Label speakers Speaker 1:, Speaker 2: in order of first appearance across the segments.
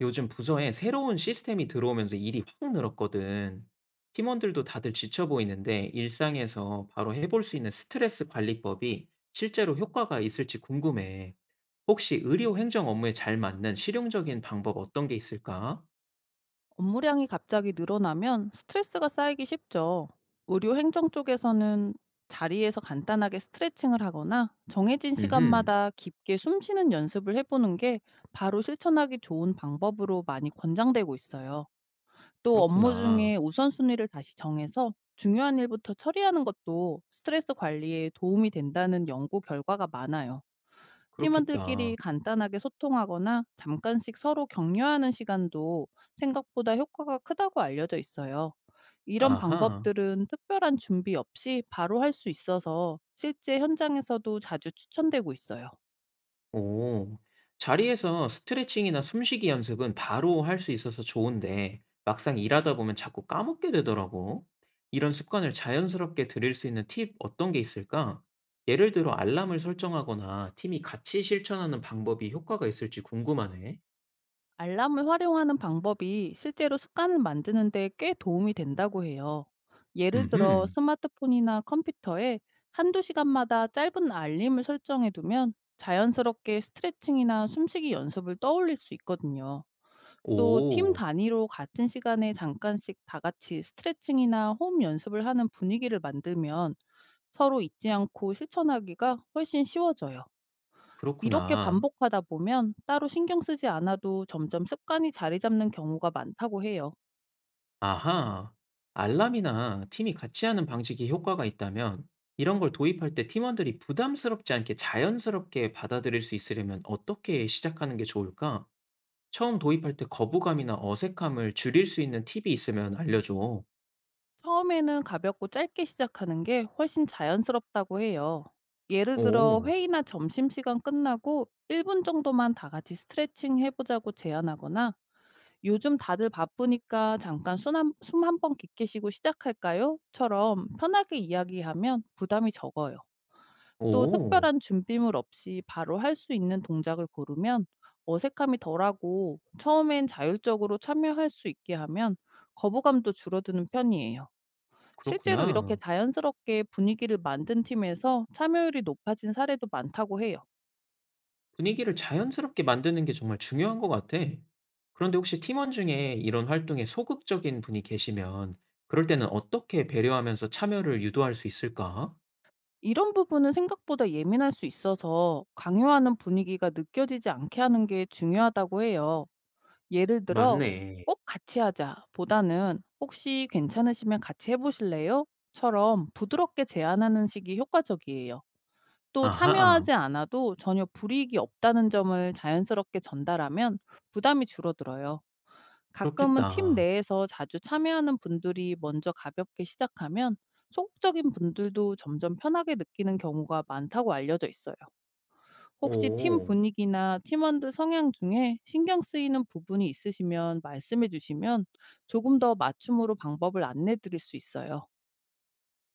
Speaker 1: 요즘 부서에 새로운 시스템이 들어오면서 일이 확 늘었거든. 팀원들도 다들 지쳐 보이는데 일상에서 바로 해볼 수 있는 스트레스 관리법이 실제로 효과가 있을지 궁금해. 혹시 의료 행정 업무에 잘 맞는 실용적인 방법 어떤 게 있을까?
Speaker 2: 업무량이 갑자기 늘어나면 스트레스가 쌓이기 쉽죠. 의료 행정 쪽에서는 자리에서 간단하게 스트레칭을 하거나 정해진
Speaker 1: 음흠,
Speaker 2: 시간마다 깊게 숨 쉬는 연습을 해보는 게 바로 실천하기 좋은 방법으로 많이 권장되고 있어요. 또 업무
Speaker 1: 그렇구나.
Speaker 2: 중에 우선순위를 다시 정해서 중요한 일부터 처리하는 것도 스트레스 관리에 도움이 된다는 연구 결과가 많아요.
Speaker 1: 그렇겠다.
Speaker 2: 팀원들끼리 간단하게 소통하거나 잠깐씩 서로 격려하는 시간도 생각보다 효과가 크다고 알려져 있어요. 이런
Speaker 1: 아하.
Speaker 2: 방법들은 특별한 준비 없이 바로 할 수 있어서 실제 현장에서도 자주 추천되고 있어요.
Speaker 1: 오, 자리에서 스트레칭이나 숨쉬기 연습은 바로 할 수 있어서 좋은데 막상 일하다 보면 자꾸 까먹게 되더라고. 이런 습관을 자연스럽게 들일 수 있는 팁 어떤 게 있을까? 예를 들어 알람을 설정하거나 팀이 같이 실천하는 방법이 효과가 있을지 궁금하네.
Speaker 2: 알람을 활용하는 방법이 실제로 습관을 만드는데 꽤 도움이 된다고 해요. 예를 들어,
Speaker 1: 음흠.
Speaker 2: 스마트폰이나 컴퓨터에 한두 시간마다 짧은 알림을 설정해 두면 자연스럽게 스트레칭이나 숨쉬기 연습을 떠올릴 수 있거든요. 또 팀
Speaker 1: 오,
Speaker 2: 단위로 같은 시간에 잠깐씩 다 같이 스트레칭이나 호흡 연습을 하는 분위기를 만들면 서로 잊지 않고 실천하기가 훨씬 쉬워져요. 이렇게
Speaker 1: 그렇구나.
Speaker 2: 반복하다 보면 따로 신경 쓰지 않아도 점점 습관이 자리 잡는 경우가 많다고 해요.
Speaker 1: 아하. 알람이나 팀이 같이 하는 방식이 효과가 있다면 이런 걸 도입할 때 팀원들이 부담스럽지 않게 자연스럽게 받아들일 수 있으려면 어떻게 시작하는 게 좋을까? 처음 도입할 때 거부감이나 어색함을 줄일 수 있는 팁이 있으면 알려줘.
Speaker 2: 처음에는 가볍고 짧게 시작하는 게 훨씬 자연스럽다고 해요. 예를 들어,
Speaker 1: 오,
Speaker 2: 회의나 점심시간 끝나고 1분 정도만 다 같이 스트레칭 해보자고 제안하거나 "요즘 다들 바쁘니까 잠깐 숨 한 숨 한번 깊게 쉬고 시작할까요?"처럼 편하게 이야기하면 부담이 적어요. 또
Speaker 1: 오,
Speaker 2: 특별한 준비물 없이 바로 할 수 있는 동작을 고르면 어색함이 덜하고, 처음엔 자율적으로 참여할 수 있게 하면 거부감도 줄어드는 편이에요. 실제로 이렇게
Speaker 1: 그렇구나.
Speaker 2: 자연스럽게 분위기를 만든 팀에서 참여율이 높아진 사례도 많다고 해요.
Speaker 1: 분위기를 자연스럽게 만드는 게 정말 중요한 것 같아. 그런데 혹시 팀원 중에 이런 활동에 소극적인 분이 계시면 그럴 때는 어떻게 배려하면서 참여를 유도할 수 있을까?
Speaker 2: 이런 부분은 생각보다 예민할 수 있어서 강요하는 분위기가 느껴지지 않게 하는 게 중요하다고 해요. 예를 들어,
Speaker 1: 맞네.
Speaker 2: 꼭 같이 하자 보다는 혹시 괜찮으시면 같이 해보실래요? 처럼 부드럽게 제안하는 식이 효과적이에요. 또
Speaker 1: 아하.
Speaker 2: 참여하지 않아도 전혀 불이익이 없다는 점을 자연스럽게 전달하면 부담이 줄어들어요. 가끔은 팀
Speaker 1: 그렇겠다.
Speaker 2: 내에서 자주 참여하는 분들이 먼저 가볍게 시작하면 소극적인 분들도 점점 편하게 느끼는 경우가 많다고 알려져 있어요. 혹시 팀
Speaker 1: 오.
Speaker 2: 분위기나 팀원들 성향 중에 신경 쓰이는 부분이 있으시면 말씀해 주시면 조금 더 맞춤으로 방법을 안내 드릴 수 있어요.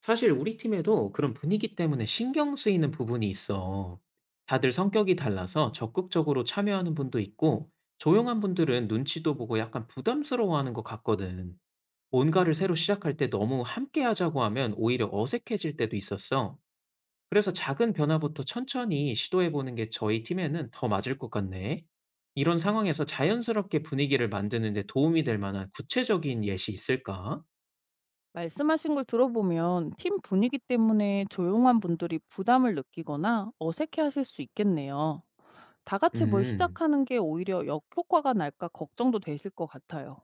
Speaker 1: 사실 우리 팀에도 그런 분위기 때문에 신경 쓰이는 부분이 있어. 다들 성격이 달라서 적극적으로 참여하는 분도 있고, 조용한 분들은 눈치도 보고 약간 부담스러워하는 것 같거든. 뭔가를 새로 시작할 때 너무 함께 하자고 하면 오히려 어색해질 때도 있었어. 그래서 작은 변화부터 천천히 시도해 보는 게 저희 팀에는 더 맞을 것 같네. 이런 상황에서 자연스럽게 분위기를 만드는 데 도움이 될 만한 구체적인 예시 있을까?
Speaker 2: 말씀하신 걸 들어보면 팀 분위기 때문에 조용한 분들이 부담을 느끼거나 어색해 하실 수 있겠네요. 다 같이 뭘
Speaker 1: 음,
Speaker 2: 시작하는 게 오히려 역효과가 날까 걱정도 되실 것 같아요.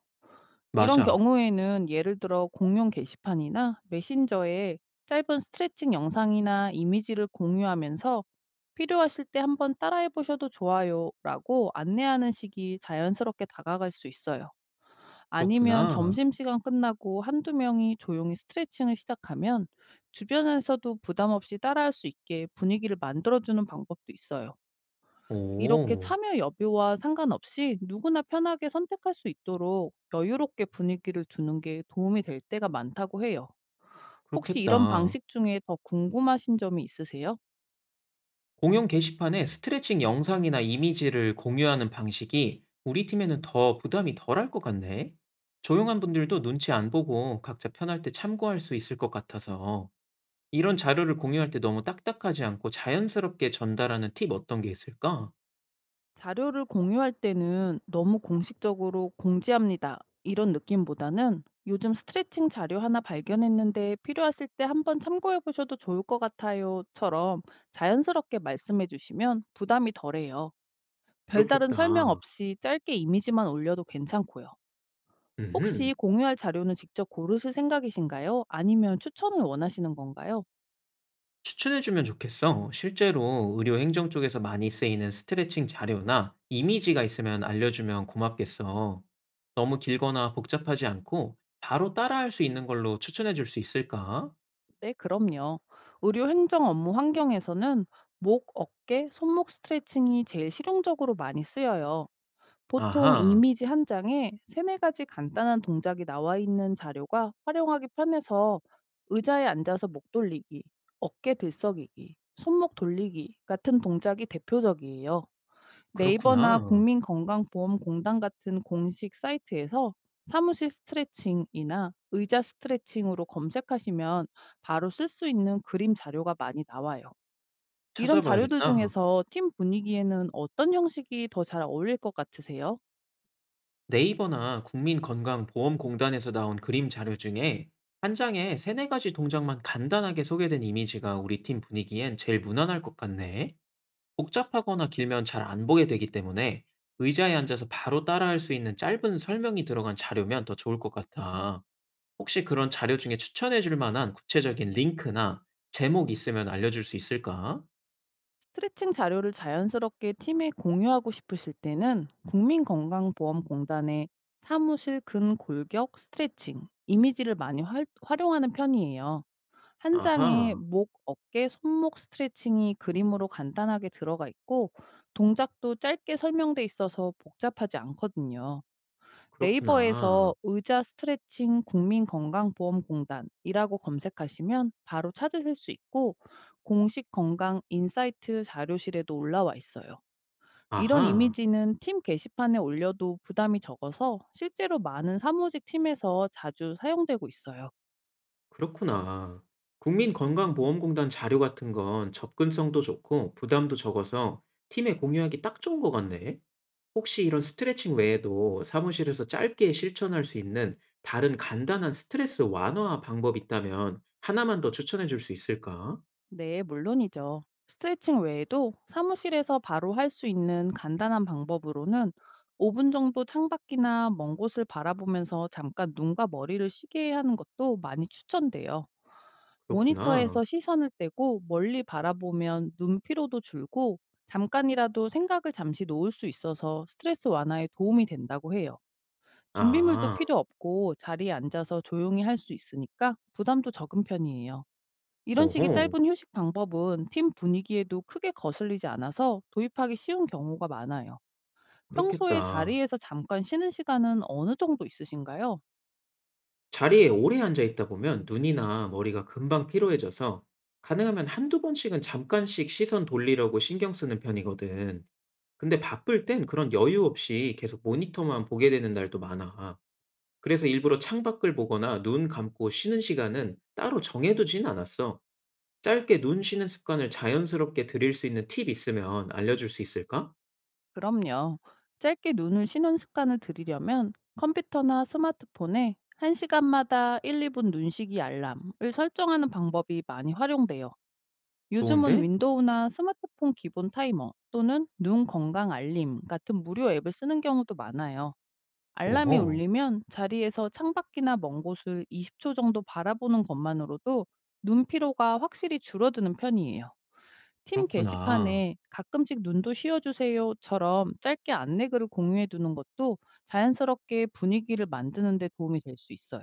Speaker 2: 이런
Speaker 1: 맞아.
Speaker 2: 경우에는 예를 들어, 공용 게시판이나 메신저에 짧은 스트레칭 영상이나 이미지를 공유하면서 "필요하실 때 한번 따라해 보셔도 좋아요 라고 안내하는 식이 자연스럽게 다가갈 수 있어요. 아니면
Speaker 1: 그렇구나.
Speaker 2: 점심시간 끝나고 한두 명이 조용히 스트레칭을 시작하면 주변에서도 부담 없이 따라할 수 있게 분위기를 만들어주는 방법도 있어요. 이렇게
Speaker 1: 오,
Speaker 2: 참여 여부와 상관없이 누구나 편하게 선택할 수 있도록 여유롭게 분위기를 두는 게 도움이 될 때가 많다고 해요. 혹시 이런
Speaker 1: 그렇겠다.
Speaker 2: 방식 중에 더 궁금하신 점이 있으세요?
Speaker 1: 공용 게시판에 스트레칭 영상이나 이미지를 공유하는 방식이 우리 팀에는 더 부담이 덜할 것 같네. 조용한 분들도 눈치 안 보고 각자 편할 때 참고할 수 있을 것 같아서. 이런 자료를 공유할 때 너무 딱딱하지 않고 자연스럽게 전달하는 팁 어떤 게 있을까?
Speaker 2: 자료를 공유할 때는 너무 공식적으로 "공지합니다" 이런 느낌보다는 "요즘 스트레칭 자료 하나 발견했는데 필요하실 때 한번 참고해 보셔도 좋을 것 같아요"처럼 자연스럽게 말씀해 주시면 부담이 덜해요. 별다른 설명
Speaker 1: 그렇겠다.
Speaker 2: 없이 짧게 이미지만 올려도 괜찮고요.
Speaker 1: 음,
Speaker 2: 혹시 공유할 자료는 직접 고르실 생각이신가요? 아니면 추천을 원하시는 건가요?
Speaker 1: 추천해 주면 좋겠어. 실제로 의료 행정 쪽에서 많이 쓰이는 스트레칭 자료나 이미지가 있으면 알려주면 고맙겠어. 너무 길거나 복잡하지 않고 바로 따라할 수 있는 걸로 추천해 줄 수 있을까?
Speaker 2: 네, 그럼요. 의료 행정 업무 환경에서는 목, 어깨, 손목 스트레칭이 제일 실용적으로 많이 쓰여요. 보통
Speaker 1: 아하,
Speaker 2: 이미지 한 장에 세네 가지 간단한 동작이 나와 있는 자료가 활용하기 편해서, 의자에 앉아서 목 돌리기, 어깨 들썩이기, 손목 돌리기 같은 동작이 대표적이에요. 네이버나
Speaker 1: 그렇구나.
Speaker 2: 국민건강보험공단 같은 공식 사이트에서 사무실 스트레칭이나 의자 스트레칭으로 검색하시면 바로 쓸 수 있는 그림 자료가 많이 나와요. 이런 자료들
Speaker 1: 찾아봐야겠다.
Speaker 2: 중에서 팀 분위기에는 어떤 형식이 더 잘 어울릴 것 같으세요?
Speaker 1: 네이버나 국민건강보험공단에서 나온 그림 자료 중에 한 장에 세네 가지 동작만 간단하게 소개된 이미지가 우리 팀 분위기엔 제일 무난할 것 같네. 복잡하거나 길면 잘 안 보게 되기 때문에 의자에 앉아서 바로 따라할 수 있는 짧은 설명이 들어간 자료면 더 좋을 것 같아. 혹시 그런 자료 중에 추천해 줄 만한 구체적인 링크나 제목 있으면 알려줄 수 있을까?
Speaker 2: 스트레칭 자료를 자연스럽게 팀에 공유하고 싶으실 때는 국민건강보험공단의 사무실 근골격 스트레칭 이미지를 많이 활용하는 편이에요. 한 장에
Speaker 1: 아하,
Speaker 2: 목, 어깨, 손목 스트레칭이 그림으로 간단하게 들어가 있고, 동작도 짧게 설명돼 있어서 복잡하지 않거든요.
Speaker 1: 그렇구나.
Speaker 2: 네이버에서 의자 스트레칭 국민건강보험공단이라고 검색하시면 바로 찾으실 수 있고, 공식 건강 인사이트 자료실에도 올라와 있어요. 이런
Speaker 1: 아하.
Speaker 2: 이미지는 팀 게시판에 올려도 부담이 적어서 실제로 많은 사무직 팀에서 자주 사용되고 있어요.
Speaker 1: 그렇구나. 국민건강보험공단 자료 같은 건 접근성도 좋고 부담도 적어서 팀에 공유하기 딱 좋은 것 같네. 혹시 이런 스트레칭 외에도 사무실에서 짧게 실천할 수 있는 다른 간단한 스트레스 완화 방법 있다면 하나만 더 추천해 줄 수 있을까?
Speaker 2: 네, 물론이죠. 스트레칭 외에도 사무실에서 바로 할 수 있는 간단한 방법으로는 5분 정도 창밖이나 먼 곳을 바라보면서 잠깐 눈과 머리를 쉬게 하는 것도 많이 추천돼요.
Speaker 1: 그렇구나.
Speaker 2: 모니터에서 시선을 떼고 멀리 바라보면 눈 피로도 줄고, 잠깐이라도 생각을 잠시 놓을 수 있어서 스트레스 완화에 도움이 된다고 해요. 준비물도
Speaker 1: 아,
Speaker 2: 필요 없고 자리에 앉아서 조용히 할 수 있으니까 부담도 적은 편이에요. 이런 식의
Speaker 1: 오호,
Speaker 2: 짧은 휴식 방법은 팀 분위기에도 크게 거슬리지 않아서 도입하기 쉬운 경우가 많아요. 평소에
Speaker 1: 그렇겠다.
Speaker 2: 자리에서 잠깐 쉬는 시간은 어느 정도 있으신가요?
Speaker 1: 자리에 오래 앉아 있다 보면 눈이나 머리가 금방 피로해져서 가능하면 한두 번씩은 잠깐씩 시선 돌리려고 신경 쓰는 편이거든. 근데 바쁠 땐 그런 여유 없이 계속 모니터만 보게 되는 날도 많아. 그래서 일부러 창밖을 보거나 눈 감고 쉬는 시간은 따로 정해두진 않았어. 짧게 눈 쉬는 습관을 자연스럽게 들일 수 있는 팁 있으면 알려줄 수 있을까?
Speaker 2: 그럼요. 짧게 눈을 쉬는 습관을 들이려면 컴퓨터나 스마트폰에 1시간마다 1, 2분 눈쉬기 알람을 설정하는 방법이 많이 활용돼요. 요즘은
Speaker 1: 좋은데?
Speaker 2: 윈도우나 스마트폰 기본 타이머 또는 눈 건강 알림 같은 무료 앱을 쓰는 경우도 많아요. 알람이
Speaker 1: 오호,
Speaker 2: 울리면 자리에서 창밖이나 먼 곳을 20초 정도 바라보는 것만으로도 눈 피로가 확실히 줄어드는 편이에요. 팀
Speaker 1: 그렇구나.
Speaker 2: 게시판에 가끔씩 "눈도 쉬어주세요처럼 짧게 안내글을 공유해 두는 것도 자연스럽게 분위기를 만드는 데 도움이 될 수 있어요.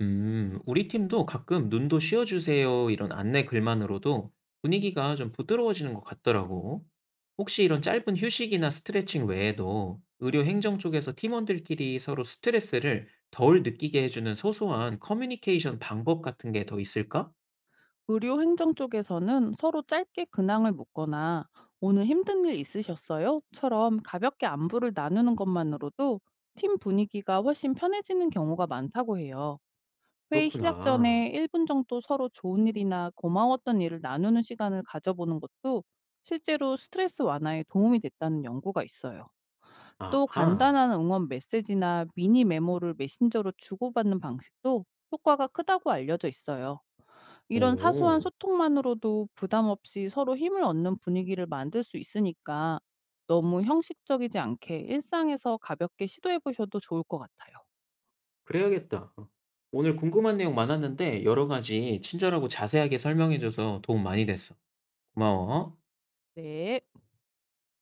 Speaker 1: 우리 팀도 가끔 눈도 쉬어주세요 이런 안내 글만으로도 분위기가 좀 부드러워지는 것 같더라고. 혹시 이런 짧은 휴식이나 스트레칭 외에도 의료 행정 쪽에서 팀원들끼리 서로 스트레스를 덜 느끼게 해주는 소소한 커뮤니케이션 방법 같은 게 더 있을까?
Speaker 2: 의료 행정 쪽에서는 서로 짧게 근황을 묻거나 "오늘 힘든 일 있으셨어요?"처럼 가볍게 안부를 나누는 것만으로도 팀 분위기가 훨씬 편해지는 경우가 많다고 해요. 회의 시작
Speaker 1: 그렇구나.
Speaker 2: 전에 1분 정도 서로 좋은 일이나 고마웠던 일을 나누는 시간을 가져보는 것도 실제로 스트레스 완화에 도움이 됐다는 연구가 있어요. 또
Speaker 1: 아하.
Speaker 2: 간단한 응원 메시지나 미니 메모를 메신저로 주고받는 방식도 효과가 크다고 알려져 있어요. 이런 사소한
Speaker 1: 오,
Speaker 2: 소통만으로도 부담 없이 서로 힘을 얻는 분위기를 만들 수 있으니까 너무 형식적이지 않게 일상에서 가볍게 시도해 보셔도 좋을 것 같아요.
Speaker 1: 그래야겠다. 오늘 궁금한 내용 많았는데 여러 가지 친절하고 자세하게 설명해줘서 도움 많이 됐어. 고마워.
Speaker 2: 네.